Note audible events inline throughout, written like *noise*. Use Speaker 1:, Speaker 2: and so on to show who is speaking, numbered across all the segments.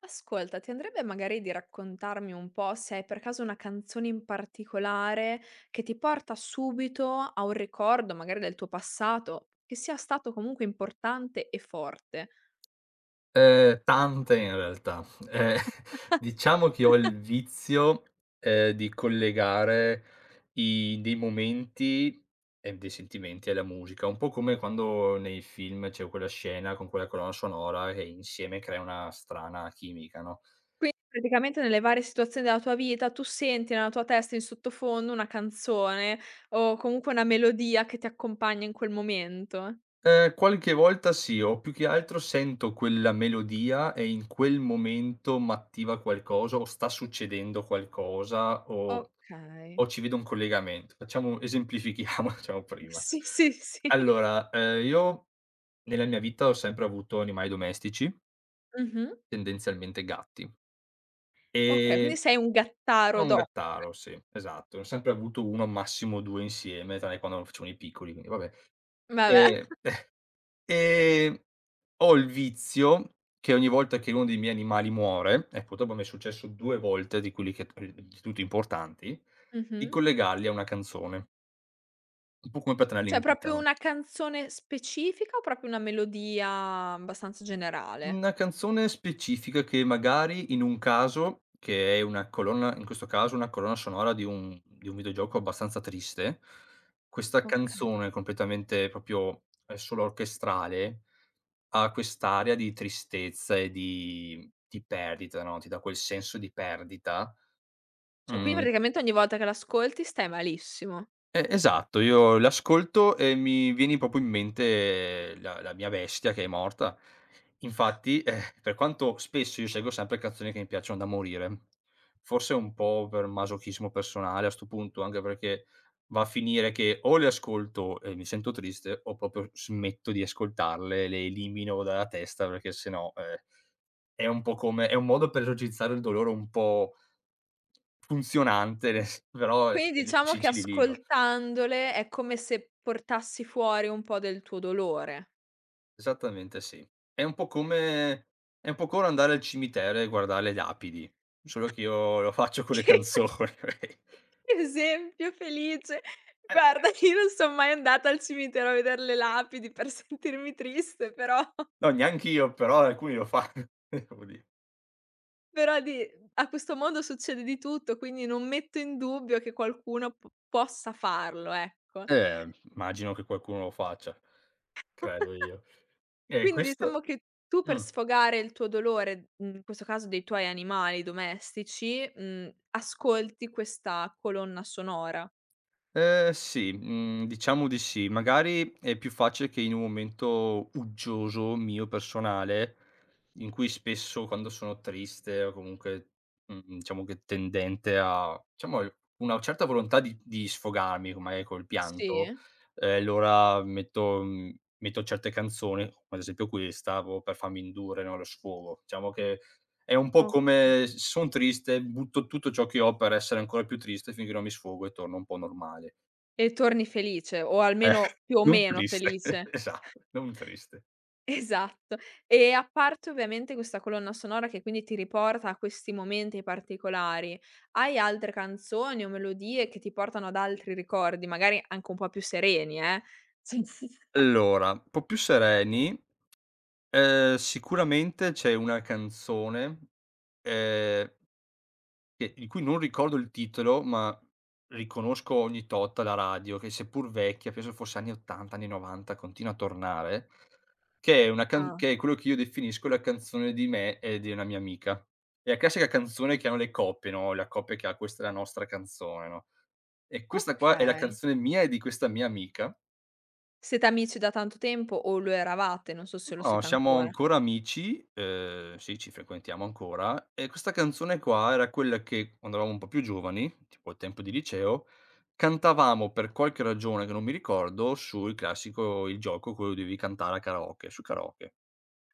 Speaker 1: Ascolta, ti andrebbe magari di raccontarmi un po' se hai per caso una canzone in particolare che ti porta subito a un ricordo, magari del tuo passato, che sia stato comunque importante e forte.
Speaker 2: Tante in realtà. Ehm, *laughs* diciamo che ho il vizio, di collegare i dei momenti e dei sentimenti alla musica, un po' come quando nei film c'è quella scena con quella colonna sonora che insieme crea una strana chimica, no.
Speaker 1: Quindi praticamente nelle varie situazioni della tua vita tu senti nella tua testa in sottofondo una canzone o comunque una melodia che ti accompagna in quel momento.
Speaker 2: Qualche volta sì, o più che altro sento quella melodia e in quel momento m'attiva qualcosa o sta succedendo qualcosa o
Speaker 1: Okay.
Speaker 2: O
Speaker 1: *laughs*
Speaker 2: ci vedo un collegamento. Facciamo, esemplifichiamo, *laughs* diciamo prima.
Speaker 1: Sì, sì, sì. *laughs*
Speaker 2: Allora, io nella mia vita ho sempre avuto animali domestici,
Speaker 1: Mh-mh.
Speaker 2: tendenzialmente gatti.
Speaker 1: Okay,
Speaker 2: Ehm,
Speaker 1: quindi sei un
Speaker 2: sono
Speaker 1: gattaro
Speaker 2: un
Speaker 1: do
Speaker 2: gattaro, sì, esatto. Ne ho sempre avuto 1, massimo 2 insieme, tranne quando facevano i piccoli, quindi vabbè.
Speaker 1: vabbè.
Speaker 2: Ehm,
Speaker 1: *laughs*
Speaker 2: ehm, *laughs* ho il vizio che ogni volta che uno dei miei animali muore, e purtroppo mi è successo 2 volte, di quelli, che di tutti importanti, di
Speaker 1: Mh-mh.
Speaker 2: collegarli a una canzone, un po' come per tenerli in
Speaker 1: Cioè,
Speaker 2: vita,
Speaker 1: proprio
Speaker 2: no?
Speaker 1: una canzone specifica o proprio una melodia abbastanza generale?
Speaker 2: Una canzone specifica che magari in un caso, che è una colonna, in questo caso una colonna sonora di un videogioco abbastanza triste, questa canzone
Speaker 1: Okay.
Speaker 2: completamente, proprio è solo orchestrale, ha quest'aria di tristezza e di perdita, no, ti dà quel senso di perdita.
Speaker 1: Cioè, quindi
Speaker 2: Mhmm.
Speaker 1: praticamente ogni volta che l'ascolti stai malissimo.
Speaker 2: Esatto, io l'ascolto e mi viene proprio in mente la mia bestia che è morta. Infatti, per quanto spesso io scelgo sempre canzoni che mi piacciono da morire, forse un po' per masochismo personale a 'sto punto, anche perché va a finire che o le ascolto e mi sento triste, o proprio smetto di ascoltarle, le elimino dalla testa perché se no, è un po' come, è un modo per esorcizzare il dolore un po' funzionante, *laughs* nes però è
Speaker 1: Quindi
Speaker 2: è
Speaker 1: diciamo che
Speaker 2: difficilino.
Speaker 1: ascoltandole è come se portassi fuori un po' del tuo dolore.
Speaker 2: Esattamente sì. È un po' come, è un po' come andare al cimitero e guardare le lapidi, solo che io lo faccio con le canzoni.
Speaker 1: *laughs*
Speaker 2: *laughs*
Speaker 1: Che esempio felice!
Speaker 2: Eh
Speaker 1: Guarda,
Speaker 2: beh, cioè
Speaker 1: io non son mai andata al cimitero a veder le lapidi per *laughs* sentirmi triste, però...
Speaker 2: no, neanch'io, però alcuni lo fanno, *laughs* devo dire.
Speaker 1: Però di... a questo mondo succede di tutto, quindi non metto in dubbio che qualcuno p possa farlo, ecco.
Speaker 2: Eh, immagino che qualcuno lo faccia, credo io. E
Speaker 1: Quindi
Speaker 2: questo
Speaker 1: diciamo che tu per
Speaker 2: mh.
Speaker 1: sfogare il tuo dolore, mhmm, in questo caso dei tuoi animali domestici, mhmm, ascolti questa colonna sonora.
Speaker 2: Sì, mhmm, diciamo di sì. Magari è più facile che in un momento uggioso mio personale, in cui spesso quando sono triste o comunque, mhmm, diciamo che tendente a, diciamo, al una certa volontà di sfogarmi, con magari col pianto,
Speaker 1: Sì,
Speaker 2: allora metto, mhmm, metto certe canzoni, come ad esempio questa, proprio per farmi indurre, no, allo sfogo. Diciamo che è un po' come
Speaker 1: okay.
Speaker 2: se son triste, butto tutto ciò che ho per essere ancora più triste finché non mi sfogo e torno un po' normale.
Speaker 1: E torni felice o
Speaker 2: Eh,
Speaker 1: almeno più o
Speaker 2: non
Speaker 1: meno
Speaker 2: triste,
Speaker 1: felice.
Speaker 2: *laughs* esatto, non triste.
Speaker 1: Esatto. E a parte ovviamente questa colonna sonora che quindi ti riporta a questi momenti particolari, hai altre canzoni o melodie che ti portano ad altri ricordi, magari anche un po' più sereni, eh? *laughs*
Speaker 2: Allora, un po' più sereni, sicuramente c'è una canzone, ehm, che di cui non ricordo il titolo, ma riconosco ogni tot alla radio, che seppur vecchia, penso fosse anni '80, anni '90, continua a tornare,
Speaker 1: Ah,
Speaker 2: che è quello che io definisco la canzone di me e di una mia amica. È la classica canzone che hanno le coppie, no, la coppia che ha: "Questa è la nostra canzone", no? E questa qua è la
Speaker 1: okay.
Speaker 2: canzone mia e di questa mia amica.
Speaker 1: Siete amici da tanto tempo o lo eravate? Non so se lo
Speaker 2: No,
Speaker 1: siete
Speaker 2: siamo
Speaker 1: ancora.
Speaker 2: ancora amici, sì, ci frequentiamo ancora, e questa canzone qua era quella che, quando eravamo un po' più giovani, tipo al tempo di liceo, cantavamo per qualche ragione che non mi ricordo, sul classico il gioco quello dovevi cantare a karaoke, su karaoke.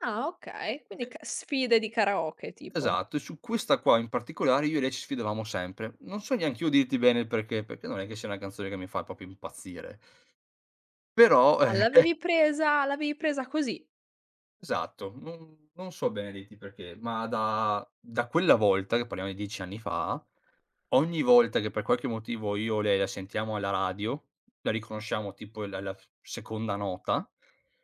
Speaker 1: Ah, okay, quindi
Speaker 2: E
Speaker 1: ca sfide di karaoke tipo.
Speaker 2: esatto, e su questa qua in particolare io e lei ci sfidavamo sempre. Non so neanch'io dirti bene il perché, perché non è che sia una canzone che mi fa proprio impazzire, però,
Speaker 1: Ah,
Speaker 2: eh,
Speaker 1: l'avevi presa così.
Speaker 2: esatto, non non so bene dirti perché, ma da quella volta, che parliamo di 10 anni fa, ogni volta che per qualche motivo io e lei la sentiamo alla radio, la riconosciamo tipo la seconda nota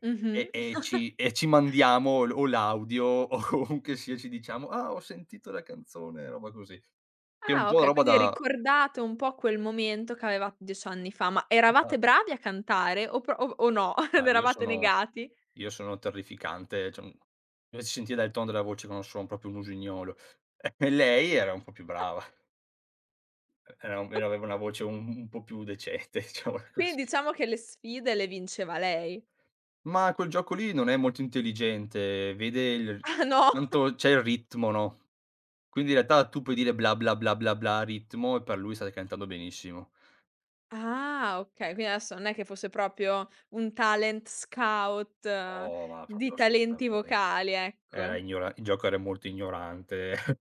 Speaker 1: Mh-mh.
Speaker 2: e ci mandiamo l'audio *laughs* o comunque sia ci diciamo: "Ah, ho sentito la canzone", roba così. Che è un
Speaker 1: Ah
Speaker 2: po'
Speaker 1: okay,
Speaker 2: roba
Speaker 1: quindi
Speaker 2: da
Speaker 1: ricordate un po' quel momento che avevate 10 anni fa, ma eravate
Speaker 2: esa
Speaker 1: bravi a cantare o pro o no? *laughs*
Speaker 2: ah,
Speaker 1: Ne Eravate negati?
Speaker 2: io sono terrificante, cioè, mhmm, si sentiva dal tono della voce che non sono proprio un usignolo. *laughs* E lei era un po' più brava. Era, almeno aveva una voce un po' più decente, *laughs* diciamola
Speaker 1: Quindi
Speaker 2: così.
Speaker 1: diciamo che le sfide le vinceva lei.
Speaker 2: Ma quel gioco lì non è molto intelligente, vede il
Speaker 1: Ah no?
Speaker 2: quanto c'è il ritmo, no, quindi in realtà tu puoi dire bla, bla, bla, bla, bla, ritmo e per lui stai cantando benissimo.
Speaker 1: Ah okay, quindi adesso non è che fosse proprio un talent scout,
Speaker 2: No, ma
Speaker 1: di
Speaker 2: proprio
Speaker 1: talenti
Speaker 2: assolutamen
Speaker 1: vocali,
Speaker 2: era
Speaker 1: ecco.
Speaker 2: ignora, il gioco era molto ignorante. *laughs*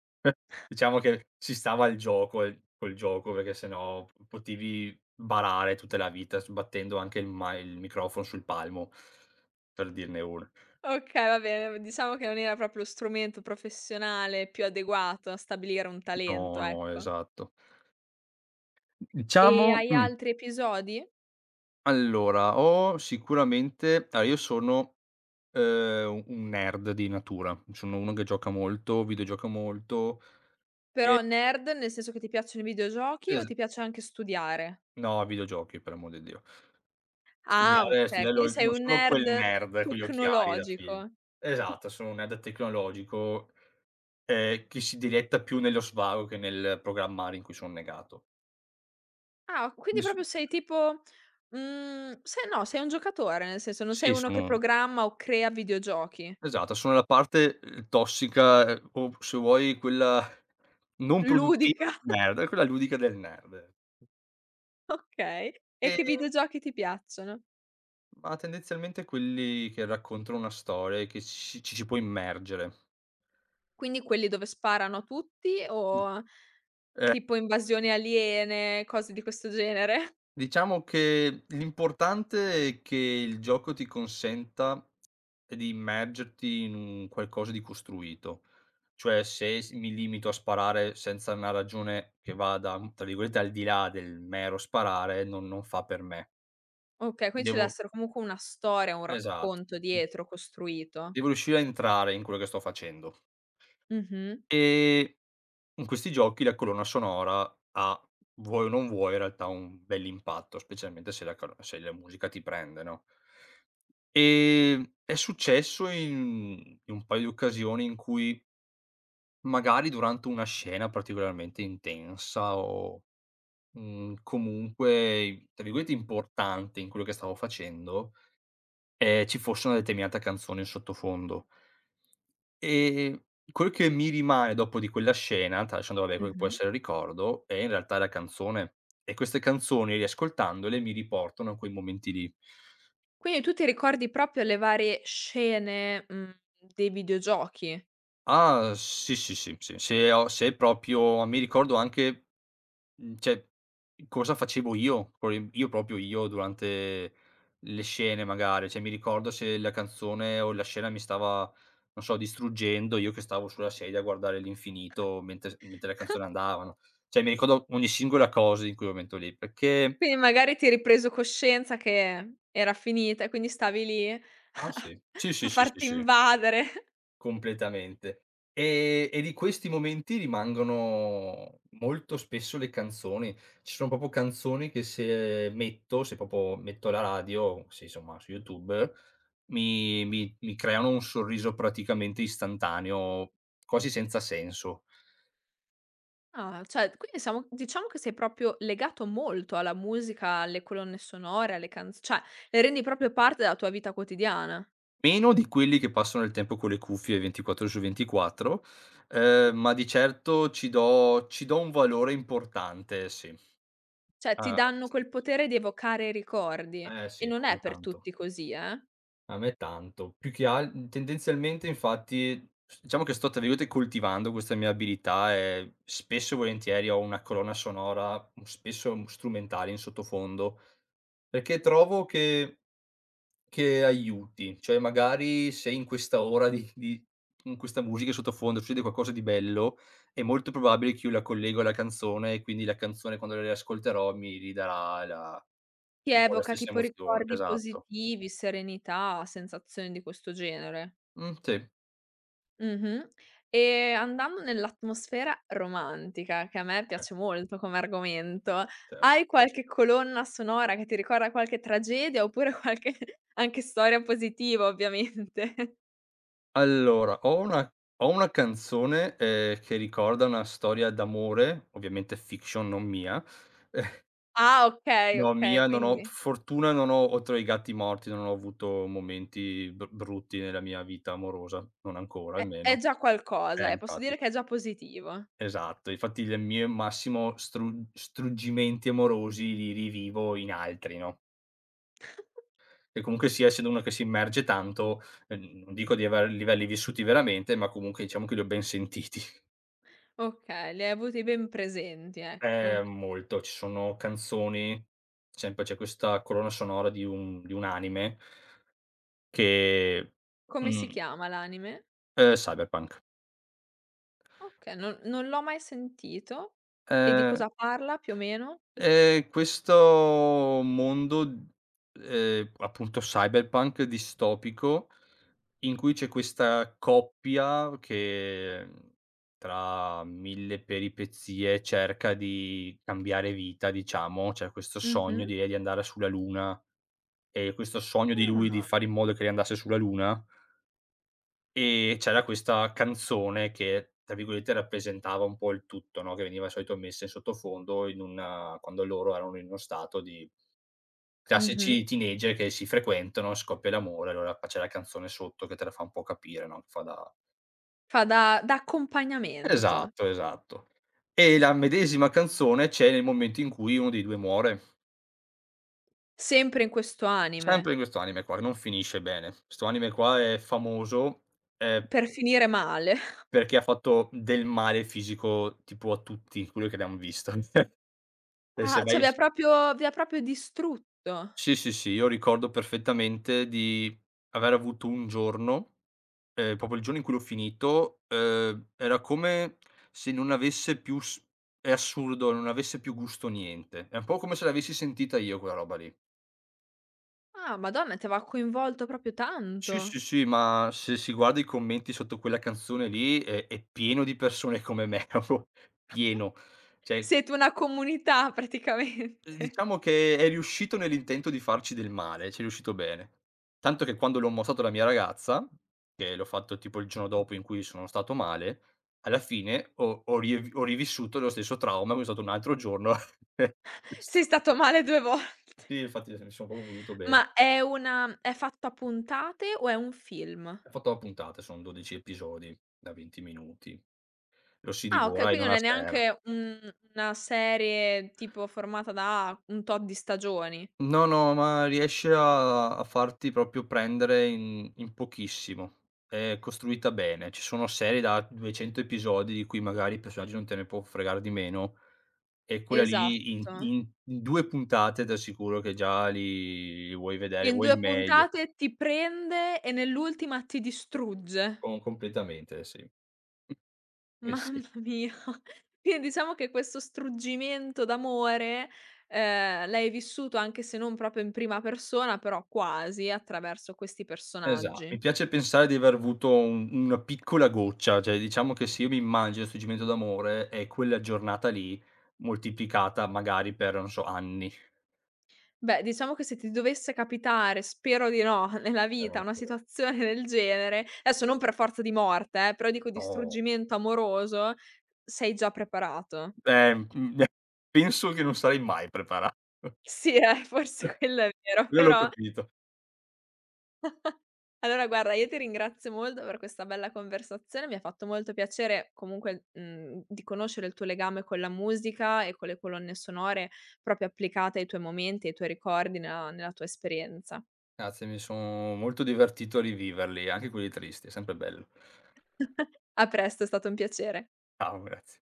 Speaker 2: Diciamo che ci stava il gioco, e col gioco perché se no p potevi barare tutta la vita sbattendo anche il microfono sul palmo, per dirne una.
Speaker 1: Okay, va bene, diciamo che non era proprio lo strumento professionale più adeguato a stabilire un talento,
Speaker 2: No, no,
Speaker 1: ecco.
Speaker 2: esatto.
Speaker 1: E
Speaker 2: Diciamo
Speaker 1: hai altri episodi?
Speaker 2: allora ho sicuramente, allora io sono, u un nerd di natura, sono uno che gioca molto, videogioca molto e
Speaker 1: Però nerd nel senso che ti piacciono i videogiochi o
Speaker 2: es
Speaker 1: ti piace anche studiare?
Speaker 2: no, videogiochi per amor di Dio.
Speaker 1: Ah okay,
Speaker 2: Studiare
Speaker 1: quindi
Speaker 2: lo
Speaker 1: sei
Speaker 2: non
Speaker 1: un
Speaker 2: sono quel
Speaker 1: nerd
Speaker 2: nerd con gli occhiali da film.
Speaker 1: tecnologico.
Speaker 2: Esatto, sono un nerd tecnologico, che si diletta più nello svago che nel programmare, in cui son negato.
Speaker 1: Ah, quindi
Speaker 2: Mi so
Speaker 1: proprio sei tipo mhmm, se no, sei un giocatore, nel senso non sei
Speaker 2: sì,
Speaker 1: uno che
Speaker 2: sono,
Speaker 1: programma o crea videogiochi.
Speaker 2: esatto, sono la parte, tossica, o se vuoi quella non produttiva
Speaker 1: Ludica, *laughs*
Speaker 2: del nerd, è quella ludica del nerd.
Speaker 1: okay. E che
Speaker 2: Ehm,
Speaker 1: videogiochi ti piacciono?
Speaker 2: ma tendenzialmente quelli che raccontano una storia e che ci si può immergere.
Speaker 1: Quindi quelli dove sparano a tutti
Speaker 2: Mh.
Speaker 1: o tipo invasioni aliene, cose di questo genere?
Speaker 2: Diciamo che l'importante è che il gioco ti consenta di immergerti in un qualcosa di costruito. Cioè se s mi limito a sparare senza una ragione che vada, mhmm, tra virgolette, "al di là" del mero sparare, non fa per me.
Speaker 1: Okay, quindi ci deve
Speaker 2: Devo
Speaker 1: essere comunque una storia, un
Speaker 2: esatto,
Speaker 1: racconto
Speaker 2: d
Speaker 1: dietro costruito.
Speaker 2: devo riuscire a entrare in quello che sto facendo.
Speaker 1: Mh-mh,
Speaker 2: Ehm, in questi giochi la colonna sonora ha, vuoi o non vuoi, in realtà un bell'impatto, specialmente se la colo se la musica ti prende, no? È successo in un paio di occasioni in cui magari durante una scena particolarmente intensa o, mhmm, comunque, tra virgolette, "importante" in quello che stavo facendo, ci fosse una determinata canzone in sottofondo. Ehm, quel che mi rimane dopo di quella scena, tralasciando vabbè quello che può
Speaker 1: mh-mh.
Speaker 2: essere il ricordo, è in realtà la canzone, e queste canzoni, riascoltandole, mi riportano a quei momenti lì.
Speaker 1: Quindi tu ti ricordi proprio le varie scene, mhmm, dei videogiochi.
Speaker 2: Ah, sì, sì, sì, sì, se proprio mi ricordo anche, mhmm, cioè, cosa facevo io, poi io proprio io durante le scene magari, cioè mi ricordo se la canzone o la scena mi stava, non so, distruggendo, io che stavo sulla sedia a guardare l'infinito mentre le canzoni andavano. Cioè mi ricordo ogni singola cosa in quel momento lì, perché
Speaker 1: Quindi magari ti hai ripreso coscienza che era finita e quindi stavi lì *laughs* a
Speaker 2: ah. Sì, sì, sì, sì, sì,
Speaker 1: farti
Speaker 2: sì.
Speaker 1: invadere.
Speaker 2: Completamente. E di questi momenti rimangono molto spesso le canzoni. Ci sono proprio canzoni che se metto, se proprio metto la radio, se insomma su YouTube, mi creano un sorriso praticamente istantaneo, quasi senza senso.
Speaker 1: Ah, cioè quindi siamo diciamo che sei proprio legato molto alla musica, alle colonne sonore, alle canz cioè le rendi proprio parte della tua vita quotidiana.
Speaker 2: Meno di quelli che passano il tempo con le cuffie 24 ore su 24, ma di certo ci do un valore importante, sì.
Speaker 1: Cioè, ti
Speaker 2: Ah,
Speaker 1: danno
Speaker 2: abbastanza
Speaker 1: quel
Speaker 2: sì.
Speaker 1: potere di evocare ricordi
Speaker 2: Eh
Speaker 1: e
Speaker 2: sì, a
Speaker 1: non
Speaker 2: me
Speaker 1: è per
Speaker 2: tanto.
Speaker 1: tutti così, eh.
Speaker 2: A me tanto. Più che al tendenzialmente infatti s diciamo che sto tra virgolette "coltivando" questa mia abilità e spesso e volentieri ho una colonna sonora, mhmm, spesso, mhmm, strumentale in sottofondo, perché trovo che aiuti. Cioè magari se in questa ora di con questa musica in sottofondo succede qualcosa di bello, è molto probabile che io la collego alla canzone e quindi la canzone quando la riascolterò mi ridarà la
Speaker 1: Chi
Speaker 2: un po' la
Speaker 1: evoca
Speaker 2: stessa
Speaker 1: tipo
Speaker 2: emozione.
Speaker 1: ricordi
Speaker 2: Esatto.
Speaker 1: positivi, serenità, sensazioni di questo genere.
Speaker 2: Sì.
Speaker 1: Mh-mh. E andando nell'atmosfera romantica, che a me
Speaker 2: Eh,
Speaker 1: piace molto come argomento,
Speaker 2: cer
Speaker 1: hai qualche colonna sonora che ti ricorda qualche tragedia oppure *laughs* qualche anche storia positiva ovviamente?
Speaker 2: allora, ho una, ho una canzone, che ricorda una storia d'amore, ovviamente fiction, non mia. *laughs*
Speaker 1: Ah okay,
Speaker 2: No,
Speaker 1: okay,
Speaker 2: mia non ho
Speaker 1: quindi
Speaker 2: fortuna, non ho, oltre ai gatti morti, non ho avuto momenti br brutti nella mia vita amorosa, non ancora
Speaker 1: è
Speaker 2: almeno.
Speaker 1: già qualcosa, posso
Speaker 2: Infatti.
Speaker 1: dire che è già positivo.
Speaker 2: Esatto, infatti le mie massimo struggimenti amorosi li rivivo in altri, no, e comunque sia, essendo uno che si immerge tanto, non dico di aver livelli vissuti veramente, ma comunque diciamo che li ho ben sentiti.
Speaker 1: Okay, li hai avuti ben presenti, ecco.
Speaker 2: Molto. Ci sono canzoni, sempre c'è questa colonna sonora di un anime che
Speaker 1: Come si
Speaker 2: mhmm,
Speaker 1: chiama l'anime?
Speaker 2: Cyberpunk.
Speaker 1: Okay, non l'ho mai sentito. E di
Speaker 2: Ehm,
Speaker 1: cosa parla più o meno?
Speaker 2: questo mondo d appunto cyberpunk distopico, in cui c'è questa coppia che, mhmm, tra mille peripezie cerca di cambiare vita, diciamo. C'è questo sogno
Speaker 1: Mh-mh.
Speaker 2: di lei di andare sulla luna. Questo sogno di lui di
Speaker 1: Ah.
Speaker 2: fare in modo che lei andasse sulla luna, e c'era questa canzone che, tra virgolette, "rappresentava" un po' il tutto, no, che veniva di solito messa in sottofondo in una quando loro erano in uno stato di
Speaker 1: Mh-mh.
Speaker 2: classici teenager che si frequentano, scoppia l'amore, allora pa c'è la canzone sotto che te la fa un po' capire, no, che fa da,
Speaker 1: Fa da accompagnamento.
Speaker 2: esatto, esatto. E la medesima canzone c'è nel momento in cui uno dei 2 muore, e
Speaker 1: Sempre in questo
Speaker 2: sempre in
Speaker 1: anime.
Speaker 2: questo anime qua, non finisce bene. 'Sto anime qua è famoso, ehm
Speaker 1: Per finire male. *laughs*
Speaker 2: perché ha fatto del male fisico tipo a tutti quelli che l'han visto. *laughs* E se
Speaker 1: Ah, cioè
Speaker 2: vai
Speaker 1: vi ha
Speaker 2: s
Speaker 1: proprio vi ha proprio distrutto.
Speaker 2: sì, sì, sì, io ricordo perfettamente di aver avuto un giorno, proprio il giorno in cui l'ho finito, era come se non avesse più s è assurdo, non avesse più gusto niente. È un po' come se l'avessi sentita io quella roba lì.
Speaker 1: Ah, madonna, ti aveva coinvolto proprio
Speaker 2: Sì,
Speaker 1: tanto.
Speaker 2: sì, sì, ma se si guarda i commenti sotto quella canzone lì è pieno di persone come me, *laughs* proprio pieno. Cioè
Speaker 1: Siete una comunità praticamente.
Speaker 2: Diciamo che è riuscito nell'intento di farci del male, ci è riuscito bene. Tanto che quando l'ho mostrato alla mia ragazza, che l'ho fatto tipo il giorno dopo in cui sono stato male, alla fine ho rivissuto lo stesso trauma, quindi è stato un altro giorno *laughs*
Speaker 1: *laughs* Sei
Speaker 2: distrutto.
Speaker 1: stato male 2 vol
Speaker 2: Sì, infatti mi sono proprio voluto bene.
Speaker 1: Ma è una è fatta a puntate o è un film?
Speaker 2: È fatta a puntate, sono 12 episodi da 20 minuti. Lo si
Speaker 1: Ah okay,
Speaker 2: divora in
Speaker 1: quindi
Speaker 2: una
Speaker 1: non è
Speaker 2: sera.
Speaker 1: neanche un una serie tipo formata da un tot di stagioni.
Speaker 2: No, no, ma riesce a farti proprio prendere in pochissimo. È costruita bene. Ci sono serie da 200 episodi di cui magari il personaggio non te ne può fregare di meno e quella lì in
Speaker 1: Esatto.
Speaker 2: 2 puntate t'assicuro che già li vuoi vedere,
Speaker 1: In
Speaker 2: vuoi il
Speaker 1: 2
Speaker 2: meglio.
Speaker 1: puntate ti prende e nell'ultima ti distrugge.
Speaker 2: Completamente sì. *laughs*
Speaker 1: *laughs*
Speaker 2: Sì, sì.
Speaker 1: Mamma mia. Quindi diciamo che questo struggimento d'amore, l'hai vissuto anche se non proprio in prima persona, però quasi attraverso questi
Speaker 2: Esa
Speaker 1: personaggi.
Speaker 2: mi piace pensare di aver avuto un, una piccola goccia, cioè diciamo che se io mi immagino 'sto Cimento d'amore è quella giornata lì moltiplicata magari per, non so, anni.
Speaker 1: Beh, diciamo che se ti dovesse capitare, spero di no, *laughs* nella
Speaker 2: Per
Speaker 1: vita una
Speaker 2: anche ore.
Speaker 1: situazione del genere, adesso non per forza di morte, però dico di
Speaker 2: No,
Speaker 1: struggimento amoroso, sei già preparato.
Speaker 2: mhmm, *laughs* penso che non sarei mai preparato.
Speaker 1: Sì, *laughs* forse quello è vero,
Speaker 2: Quello l'ho
Speaker 1: però
Speaker 2: capito.
Speaker 1: allora guarda, io ti ringrazio molto per questa bella conversazione, mi ha fatto molto piacere comunque, mhmm, di conoscere il tuo legame con la musica e con le colonne sonore proprio applicate ai tuoi momenti, ai tuoi ricordi, nella tua esperienza.
Speaker 2: Grazie, mi sono molto divertito a riviverli, anche quelli tristi, è sempre bello.
Speaker 1: *laughs* A presto, è stato un piacere.
Speaker 2: Ciao, grazie.